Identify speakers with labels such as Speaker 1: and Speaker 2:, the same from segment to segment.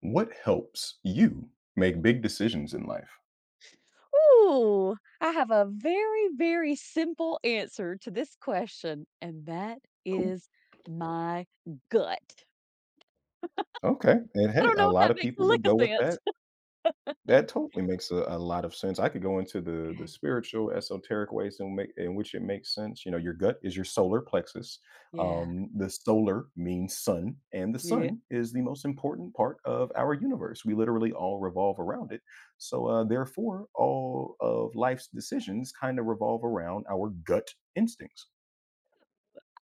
Speaker 1: What helps you make big decisions in life?
Speaker 2: Ooh, I have a very, very simple answer to this question, and that
Speaker 1: Cool.
Speaker 2: is my gut.
Speaker 1: Okay. And
Speaker 2: I
Speaker 1: hey,
Speaker 2: don't
Speaker 1: a
Speaker 2: know if
Speaker 1: lot
Speaker 2: that
Speaker 1: of
Speaker 2: makes a
Speaker 1: people would
Speaker 2: lick of
Speaker 1: go with that.
Speaker 2: sense.
Speaker 1: That totally makes a lot of sense. I could go into the
Speaker 2: Okay.
Speaker 1: spiritual, esoteric ways in which it makes sense. You know, your gut is your solar plexus.
Speaker 2: Yeah.
Speaker 1: The solar means sun, and the
Speaker 2: Yeah.
Speaker 1: sun is the most important part of our universe. We literally all revolve around it. So, therefore, all of life's decisions kind of revolve around our gut instincts.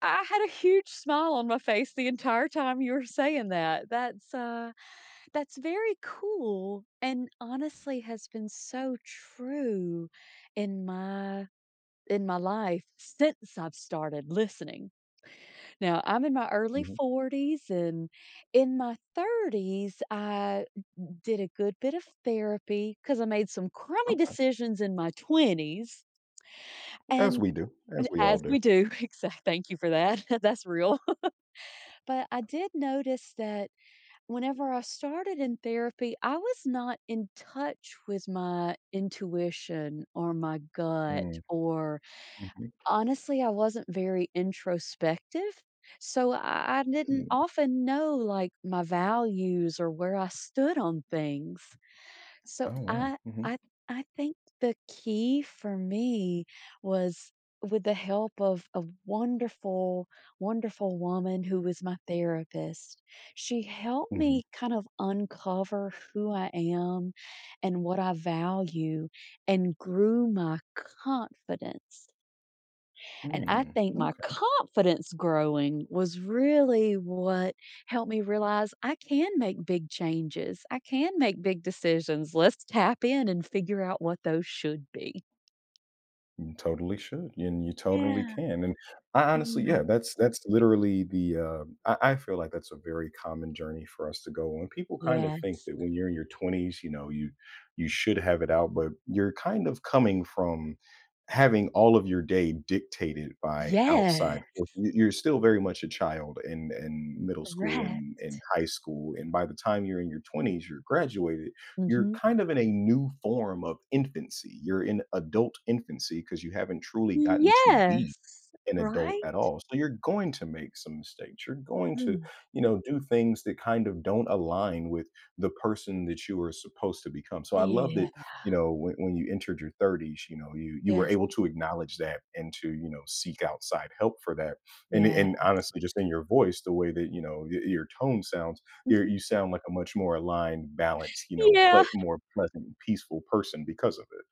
Speaker 2: I had a huge smile on my face the entire time you were saying that. That's that's very cool and honestly has been so true in my in my life since I've started listening. Now, I'm in my early
Speaker 1: Mhm.
Speaker 2: 40s, and in my 30s, I did a good bit of therapy because I made some crummy
Speaker 1: Okay.
Speaker 2: decisions in my 20s.
Speaker 1: As
Speaker 2: And
Speaker 1: we do, as we all
Speaker 2: as
Speaker 1: do.
Speaker 2: we do, exact, thank you for that. That's real. But I did notice that whenever I started in therapy, I was not in touch with my intuition or my gut
Speaker 1: Mm.
Speaker 2: or
Speaker 1: Mhm.
Speaker 2: honestly, I wasn't very introspective, so I didn't
Speaker 1: Mm.
Speaker 2: often know, like, my values or where I stood on things.
Speaker 1: Oh,
Speaker 2: So
Speaker 1: wow.
Speaker 2: I
Speaker 1: Mhm.
Speaker 2: I I think the key for me was with the help of a wonderful, wonderful woman who was my therapist. She helped me kind of uncover who I am and what I value and grew my confidence. And I
Speaker 1: Mhm.
Speaker 2: think
Speaker 1: Mm.
Speaker 2: my confidence growing was really what helped me realize I can make big changes. I can make big decisions. Let's tap in and figure out what those should be.
Speaker 1: You totally should, and you totally
Speaker 2: Yeah.
Speaker 1: can, and I honestly,
Speaker 2: Yeah.
Speaker 1: yeah, that's literally the, uh— I feel like that's a very common journey for us to go on. People kinda think
Speaker 2: Yes.
Speaker 1: that when you're in your 20s, you know, you should have it out, but you're kind of coming from having all of your day dictated by outside
Speaker 2: Yes.
Speaker 1: force. You're still very much a child in middle school
Speaker 2: Right.
Speaker 1: and in high school, and by the time you're in your 20s, you're graduated, you're
Speaker 2: Hmm.
Speaker 1: kind of in a new form of infancy. You're in adult infancy because you haven't truly gotten to be
Speaker 2: Yes.
Speaker 1: an adult
Speaker 2: Right?
Speaker 1: at all. So you're going to make some mistakes. You're going to,
Speaker 2: Mm.
Speaker 1: you know, do things that kind of don't align with the person that you are supposed to become. So I love that,
Speaker 2: Yeah.
Speaker 1: you know, when you entered your 30s, you know, you were
Speaker 2: Yes.
Speaker 1: able to acknowledge that and to, you know, seek outside help for that. And
Speaker 2: Yeah.
Speaker 1: and honestly, just in your voice, the way that, you know, your tone sounds, you sound like a much more aligned, balanced, you know,
Speaker 2: Yeah.
Speaker 1: ple more pleasant, peaceful person because of it.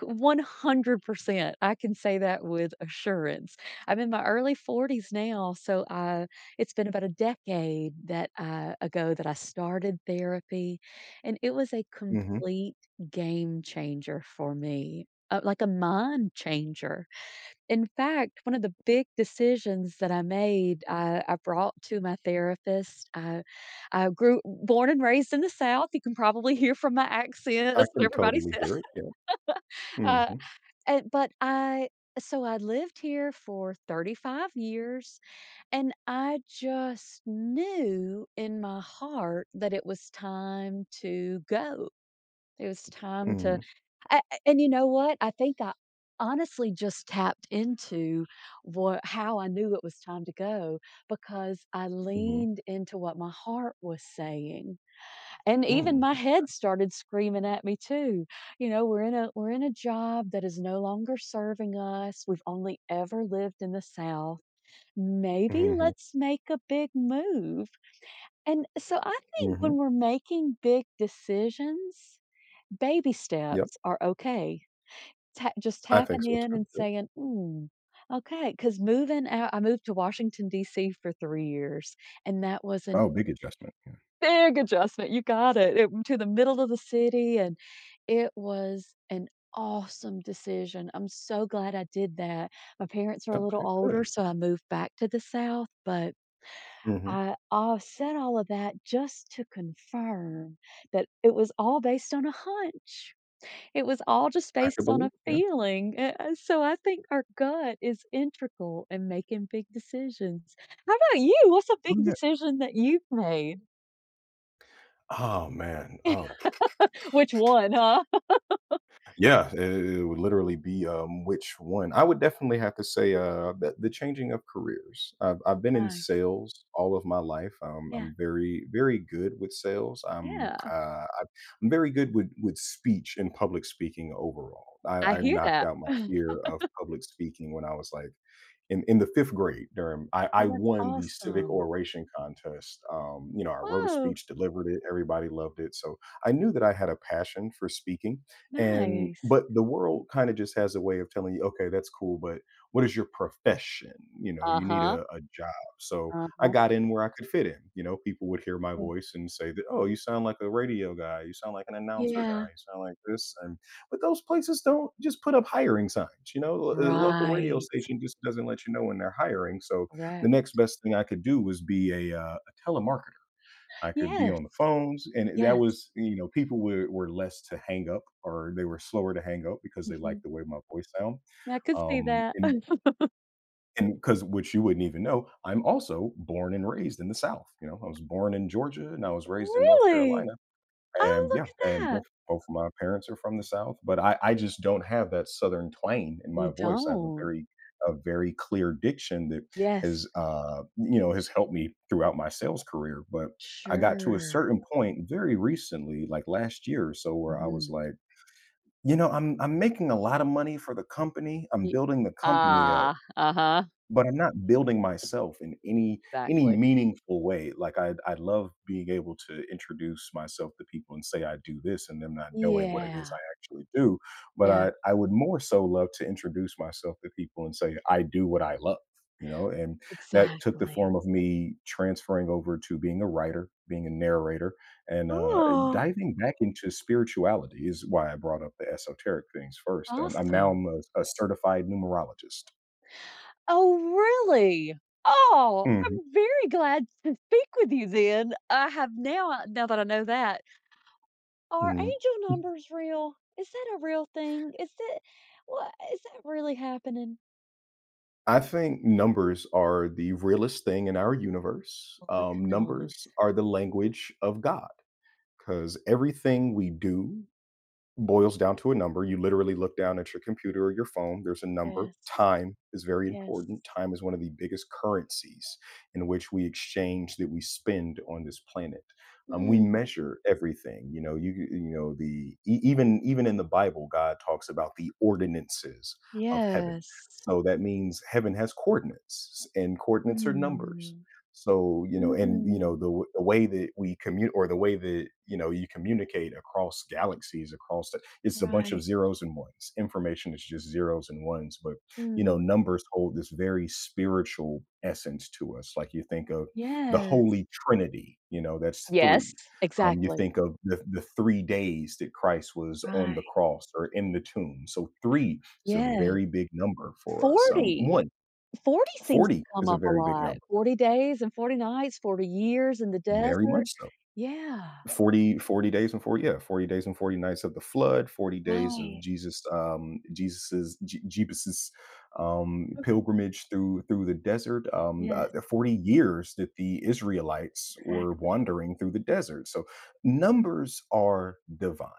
Speaker 2: C 100%, I can say that with assurance. I'm in my early 40s now, so, I. it's been about a decade that, I ago that I started therapy, and it was a
Speaker 1: Mhm.
Speaker 2: complete game changer for me, like a mind changer. In fact, one of the big decisions that I made, I brought to my therapist. I grew born and raised in the South. You can probably hear from my accent.
Speaker 1: I
Speaker 2: That's what
Speaker 1: can
Speaker 2: everybody
Speaker 1: totally
Speaker 2: says.
Speaker 1: hear it, yeah. Mhm.
Speaker 2: But I so I lived here for 35 years, and I just knew in my heart that it was time to go. It was time to
Speaker 1: Mhm.
Speaker 2: a and you know what? I think I honestly just tapped into what how I knew it was time to go because I
Speaker 1: Mhm.
Speaker 2: leaned into what my heart was saying. And even my
Speaker 1: Mm.
Speaker 2: head started screaming at me too. You know, we're in a job that is no longer serving us. We've only ever lived in the South. Maybe
Speaker 1: Mhm.
Speaker 2: let's make a big move. And so I think
Speaker 1: Mhm.
Speaker 2: when we're making big decisions, baby
Speaker 1: Yep.
Speaker 2: steps are okay. Just
Speaker 1: I think
Speaker 2: tapping
Speaker 1: so
Speaker 2: in
Speaker 1: too,
Speaker 2: and
Speaker 1: yep.
Speaker 2: saying, mm, okay, because moving out, I moved to Washington, D.C. for 3 years, and that was an
Speaker 1: Oh, big adjustment, yeah.
Speaker 2: big adjustment, you got it, it to the middle of the city, and it was an awesome decision. I'm so glad I did that. My parents are a little
Speaker 1: Okay,
Speaker 2: older,
Speaker 1: good.
Speaker 2: so I moved back to the South, but
Speaker 1: Mhm.
Speaker 2: I said all of that just to confirm that it was all based on a hunch. It was all just
Speaker 1: I could
Speaker 2: based on
Speaker 1: believe,
Speaker 2: a
Speaker 1: yeah.
Speaker 2: feeling, a and so I think our gut is integral in making big decisions. How about you? What's a
Speaker 1: Oh,
Speaker 2: big
Speaker 1: yeah.
Speaker 2: decision that you've made?
Speaker 1: Oh, man. Oh,
Speaker 2: Which one, huh?
Speaker 1: yeah, it would literally be, which one? I would definitely have to say, the changing of careers. I've been in
Speaker 2: Nice,
Speaker 1: sales all of my life. Um,
Speaker 2: yeah,
Speaker 1: I'm very, very good with sales. I'm, uh,
Speaker 2: yeah,
Speaker 1: I- am very good with speech and public speaking overall. I,
Speaker 2: I
Speaker 1: I
Speaker 2: hear
Speaker 1: knocked
Speaker 2: that.
Speaker 1: out my fear of public speaking when I was like in the fifth grade, I
Speaker 2: Oh, that's
Speaker 1: won the civic
Speaker 2: awesome.
Speaker 1: oration contest. You know, I wrote a
Speaker 2: Whoa,
Speaker 1: speech, delivered it, everybody loved it. So I knew that I had a passion for speaking. And,
Speaker 2: nice.
Speaker 1: but the world kind of just has a way of telling you, okay, that's cool, but what is your profession? You know, you need
Speaker 2: Uh-huh,
Speaker 1: a job. So I
Speaker 2: uh-huh,
Speaker 1: got in where I could fit in. You know, people would hear my
Speaker 2: sure.
Speaker 1: voice and say that, oh, you sound like a radio guy. You sound like an announcer
Speaker 2: Yeah,
Speaker 1: guy. You sound like this. But those places don't just put up hiring signs, you know? The local radio
Speaker 2: right,
Speaker 1: station just doesn't let you know when they're hiring, so the next
Speaker 2: correct.
Speaker 1: best thing I could do was be a telemarketer. I could be
Speaker 2: Yes,
Speaker 1: on the phones, and that
Speaker 2: yes,
Speaker 1: was, you know, people were less to hang up, or they were slower to hang up because they
Speaker 2: mhm,
Speaker 1: liked the way my voice sound.
Speaker 2: I could see
Speaker 1: Um,
Speaker 2: that.
Speaker 1: and and because which you wouldn't even know, I'm also born and raised in the South, you know? I was born in Georgia, and I was raised in North
Speaker 2: Really?
Speaker 1: Carolina.
Speaker 2: Oh,
Speaker 1: And,
Speaker 2: look
Speaker 1: yeah,
Speaker 2: at
Speaker 1: and
Speaker 2: that.
Speaker 1: both of my parents are from the South, but I just don't have that Southern twang in my
Speaker 2: You
Speaker 1: voice. I have a
Speaker 2: don't?
Speaker 1: very a very clear diction that
Speaker 2: Yes,
Speaker 1: has helped me throughout my sales career. But I got to a
Speaker 2: sure,
Speaker 1: certain point very recently, like last year or so, where I was
Speaker 2: mhm,
Speaker 1: like, you know, I'm making a lot of money for the company. I'm
Speaker 2: y
Speaker 1: building the company up,
Speaker 2: ah, uh-huh,
Speaker 1: but I'm not building myself in any
Speaker 2: exactly.
Speaker 1: meaningful way. Like I love being able to introduce myself to people and say I do this and them not knowing what it is
Speaker 2: Yeah,
Speaker 1: I actually do. But
Speaker 2: yeah,
Speaker 1: I would more so love to introduce myself to people and say I do what I love, you know, and that took the
Speaker 2: exactly.
Speaker 1: form of me transferring over to being a writer, being a narrator, and
Speaker 2: Oh.
Speaker 1: diving back into spirituality is why I brought up the esoteric things first. I'm now
Speaker 2: Awesome.
Speaker 1: I'm a certified numerologist.
Speaker 2: Oh, really? Oh,
Speaker 1: Mhm.
Speaker 2: I'm very glad to speak with you then. I have now now that I know that. Are angel numbers real? Is that a real thing? Is it what is that really happening?
Speaker 1: I think numbers are the realest thing in our universe.
Speaker 2: Holy cannolis.
Speaker 1: Numbers are the language of God because everything we do boils down to a number. You literally look down at your computer or your phone, there's a number.
Speaker 2: Yes.
Speaker 1: Time is very
Speaker 2: Yes.
Speaker 1: important. Time is one of the biggest currencies in which we exchange that we spend on this planet. We
Speaker 2: Mm.
Speaker 1: measure everything, you know. You know, the e- even even in the Bible, God talks about the ordinances of heaven,
Speaker 2: Yes.
Speaker 1: so that means heaven has coordinates, and coordinates are numbers.
Speaker 2: Mm.
Speaker 1: So, and
Speaker 2: Mm.
Speaker 1: the way that we commute, or the way that, you know, you communicate across galaxies, it's a bunch of
Speaker 2: Right.
Speaker 1: zeros and ones. Information is just zeros and ones, but you know,
Speaker 2: Mm.
Speaker 1: numbers hold this very spiritual essence to us. Like you think of the
Speaker 2: Yes.
Speaker 1: Holy Trinity, you know, that's
Speaker 2: Yes,
Speaker 1: three. You
Speaker 2: exactly.
Speaker 1: think of the 3 days that Christ was on the
Speaker 2: Right.
Speaker 1: cross or in the tomb. So three is a
Speaker 2: Yeah.
Speaker 1: very big number for us.
Speaker 2: 40. 40 seems to
Speaker 1: 40
Speaker 2: come
Speaker 1: is a
Speaker 2: up a
Speaker 1: very big
Speaker 2: lot.
Speaker 1: number,
Speaker 2: 40 days and 40 nights, 40 years in the
Speaker 1: very
Speaker 2: desert.
Speaker 1: much so.
Speaker 2: Yeah.
Speaker 1: Forty days and 40, yeah, 40 days and 40 nights of the flood. 40 days of
Speaker 2: Right.
Speaker 1: Jesus's pilgrimage through the desert.
Speaker 2: Yes,
Speaker 1: The 40 years that the Israelites were
Speaker 2: exactly.
Speaker 1: wandering through the desert, so numbers are divine.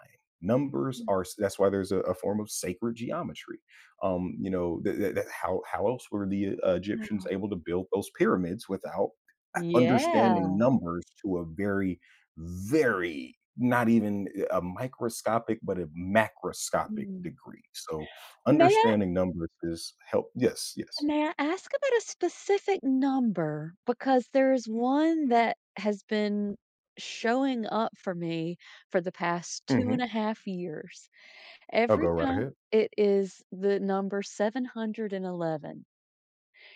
Speaker 1: Numbers
Speaker 2: Mm,
Speaker 1: are That's why there's a form of sacred geometry. How else were the
Speaker 2: wow.
Speaker 1: Egyptians able to build those pyramids without
Speaker 2: Yeah.
Speaker 1: understanding numbers to a very, very— not even a microscopic, but a macroscopic
Speaker 2: Mm.
Speaker 1: degree. So
Speaker 2: May I
Speaker 1: understanding numbers is help yes, yes.
Speaker 2: may I ask about a specific number? Because there's one that has been showing up for me for the past two and
Speaker 1: Mhm.
Speaker 2: a half years.
Speaker 1: will
Speaker 2: Every
Speaker 1: Go right
Speaker 2: time
Speaker 1: ahead.
Speaker 2: it is the number 711.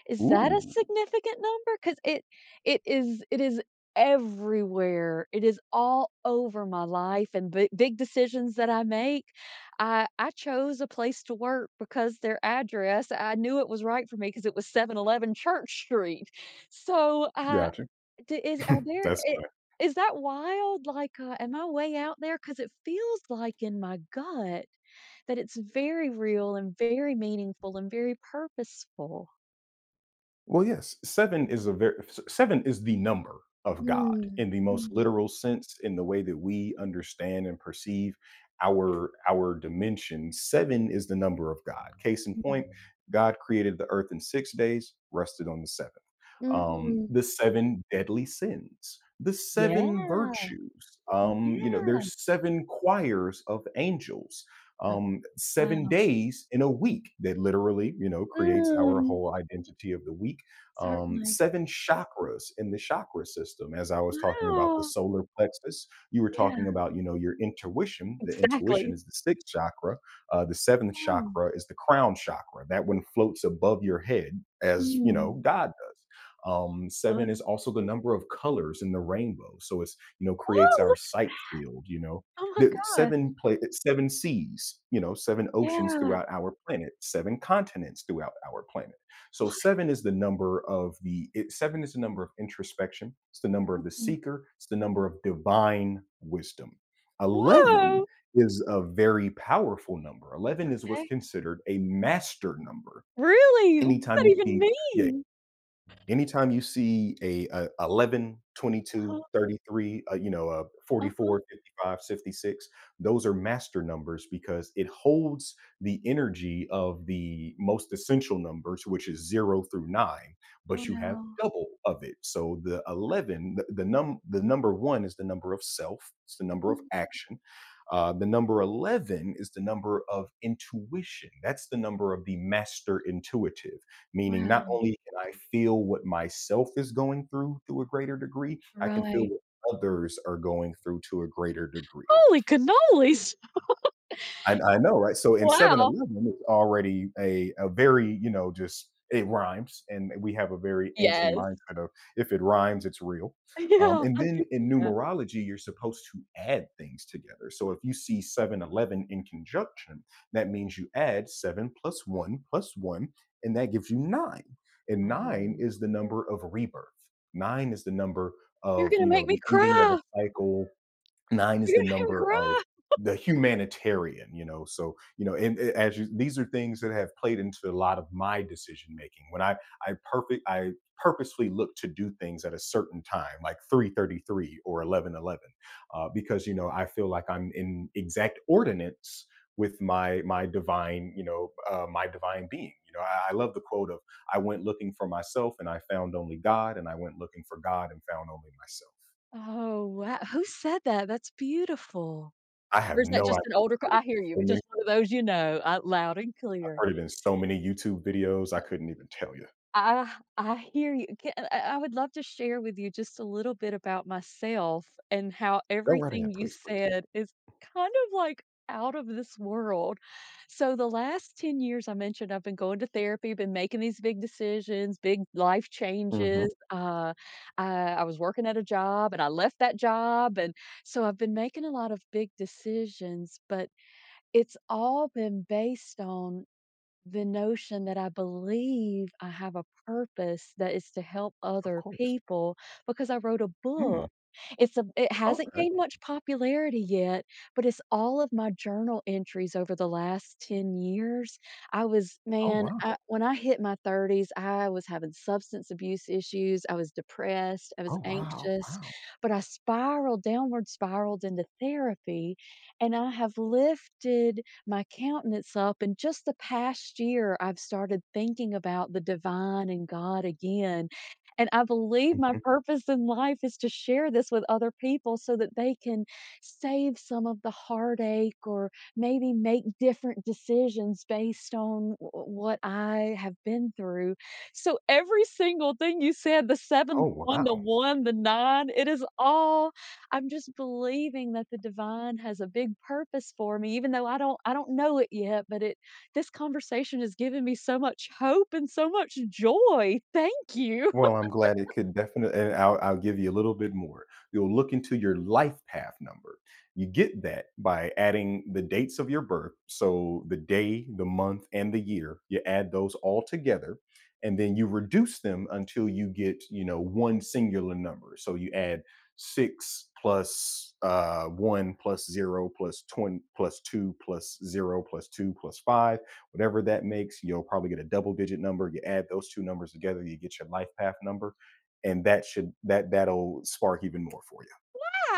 Speaker 2: Is that a
Speaker 1: Ooh,
Speaker 2: significant number? Because it is everywhere. It is all over my life and big big decisions that I make. I chose a place to work because their address, I knew it was right for me because it was 711 Church Street. So,
Speaker 1: gotcha.
Speaker 2: d is are there
Speaker 1: That's—
Speaker 2: I is that wild? Like, am I way out there? Because it feels like in my gut that it's very real and very meaningful and very purposeful.
Speaker 1: Well, yes, seven is the number of God
Speaker 2: Ừm,
Speaker 1: in the most
Speaker 2: ừm,
Speaker 1: literal sense, in the way that we understand and perceive our dimension. Seven is the number of God. Case in
Speaker 2: ừm,
Speaker 1: point, God created the earth in 6 days, rested on the seventh.
Speaker 2: ừm.
Speaker 1: The seven deadly sins, the
Speaker 2: Yeah,
Speaker 1: seven virtues. You know,
Speaker 2: yeah.
Speaker 1: there's seven choirs of angels,
Speaker 2: Okay.
Speaker 1: seven
Speaker 2: Wow.
Speaker 1: days in a week that literally, you know, creates our
Speaker 2: Mm,
Speaker 1: whole identity of the week.
Speaker 2: certainly.
Speaker 1: Seven chakras in the chakra system. As I was talking about the
Speaker 2: Wow.
Speaker 1: solar plexus, you were talking
Speaker 2: Yeah,
Speaker 1: about, you know, your intuition. The intuition
Speaker 2: exactly.
Speaker 1: is the sixth chakra. The seventh
Speaker 2: Wow.
Speaker 1: chakra is the crown chakra. That one floats above your head, as you know,
Speaker 2: Mm.
Speaker 1: God does.
Speaker 2: Wow.
Speaker 1: Seven is also the number of colors in the rainbow. So it's, you know, creates
Speaker 2: Oh,
Speaker 1: our
Speaker 2: look
Speaker 1: sight field. You know,
Speaker 2: oh my gosh.
Speaker 1: seven seas, you know, seven oceans
Speaker 2: Yeah.
Speaker 1: throughout our planet, seven continents throughout our planet. So
Speaker 2: What?
Speaker 1: seven is the number of seven is the number of introspection. It's the number of the
Speaker 2: Mm.
Speaker 1: seeker. It's the number of divine wisdom. 11
Speaker 2: Whoa.
Speaker 1: is a very powerful number. 11 is what's
Speaker 2: Okay.
Speaker 1: considered a master number.
Speaker 2: Really? What
Speaker 1: Anytime
Speaker 2: does that
Speaker 1: you
Speaker 2: even
Speaker 1: see, yeah,
Speaker 2: mean?
Speaker 1: Anytime you see a 11,
Speaker 2: Uh-huh,
Speaker 1: 22, 33, a
Speaker 2: uh-huh.
Speaker 1: 44, 55, 66. Those are master numbers because it holds the energy of the most essential numbers, which is 0 through 9, but you have
Speaker 2: Wow.
Speaker 1: double of it. So the 11, the number 1 is the number of self, it's the number of
Speaker 2: Mm.
Speaker 1: action. The number 11 is the number of intuition. That's the number of the master intuitive, meaning, not
Speaker 2: Wow.
Speaker 1: only and I feel what myself is going through to a greater degree, I can feel
Speaker 2: Right.
Speaker 1: what others are going through to a greater degree.
Speaker 2: Holy cannolis.
Speaker 1: I know, right? So in seven
Speaker 2: Wow.
Speaker 1: eleven, it's already a very, you know, just it rhymes, and we have a very ancient
Speaker 2: Yes.
Speaker 1: mindset of if it rhymes, it's real.
Speaker 2: Yeah,
Speaker 1: And
Speaker 2: I do
Speaker 1: then in
Speaker 2: that.
Speaker 1: numerology, you're supposed to add things together. So if you see 711 in conjunction, that means you add seven plus one, and that gives you nine. And nine
Speaker 2: Oh.
Speaker 1: is the number of rebirth. Nine is the number
Speaker 2: You're
Speaker 1: of
Speaker 2: gonna make me
Speaker 1: the ending of a
Speaker 2: cry.
Speaker 1: cycle. Nine is
Speaker 2: You're
Speaker 1: the
Speaker 2: gonna make me
Speaker 1: number of
Speaker 2: cry.
Speaker 1: the humanitarian, so, and as you these are things that have played into a lot of my decision making when I purposefully look to do things at a certain time like 333 or 1111, because I feel like I'm in exact ordinance with my divine being. You know, I love the quote of: I went looking for myself and I found only God, and I went looking for God and found only myself.
Speaker 2: Oh, wow. Who said that? That's beautiful.
Speaker 1: I
Speaker 2: Or
Speaker 1: have
Speaker 2: is that
Speaker 1: no
Speaker 2: just an
Speaker 1: idea.
Speaker 2: older cr- I hear you,
Speaker 1: So
Speaker 2: but
Speaker 1: many
Speaker 2: just one of those you know, out loud and
Speaker 1: I've
Speaker 2: clear.
Speaker 1: heard it in so many YouTube videos, I couldn't even tell you.
Speaker 2: I I hear you. Ca I would love to share with you just a little bit about myself and how
Speaker 1: Go right ahead,
Speaker 2: everything you
Speaker 1: please, please.
Speaker 2: said is kind of, like, out of this world. So the last 10 years, I mentioned I've been going to therapy, been making these big decisions, big life
Speaker 1: Mhm.
Speaker 2: changes. I I was working at a job, and I left that job, and so I've been making a lot of big decisions, but it's all been based on the notion that I believe I have a purpose that is to help
Speaker 1: Of
Speaker 2: other
Speaker 1: course.
Speaker 2: people because I wrote a
Speaker 1: Mm,
Speaker 2: book. It hasn't
Speaker 1: okay.
Speaker 2: gained much popularity yet, but it's all of my journal entries over the last 10 years. I was
Speaker 1: Oh,
Speaker 2: man, I,
Speaker 1: wow.
Speaker 2: when I hit my 30s, I was having substance abuse issues. I was depressed. I
Speaker 1: Oh,
Speaker 2: was
Speaker 1: wow.
Speaker 2: anxious,
Speaker 1: Wow.
Speaker 2: but I spiraled downward, spiraled into therapy, and I have lifted my countenance up. And just the past year, I've started thinking about the divine and God again. And I believe my
Speaker 1: Mhm.
Speaker 2: purpose in life is to share this with other people so that they can save some of the heartache or maybe make different decisions based on what I have been through. So, every single thing you said the seven, the
Speaker 1: Oh,
Speaker 2: one, the
Speaker 1: wow.
Speaker 2: one, the nine, it is all I'm just believing that the divine has a big purpose for me, even though I don't know it yet, but it this conversation has given me so much hope and so much joy. Thank you.
Speaker 1: Well, I'm glad. It could, definitely, and I'll give you a little bit more. You'll look into your life path number. You get that by adding the dates of your birth, so the day, the month, and the year. You add those all together, and then you reduce them until you get, you know, one singular number. So you add 6 plus 1 plus 0 plus 20 plus 2 plus 0 plus 2 plus 5, whatever that makes. You'll probably get a double digit number. You add those two numbers together, you get your life path number, and that should that that'll spark even more for you.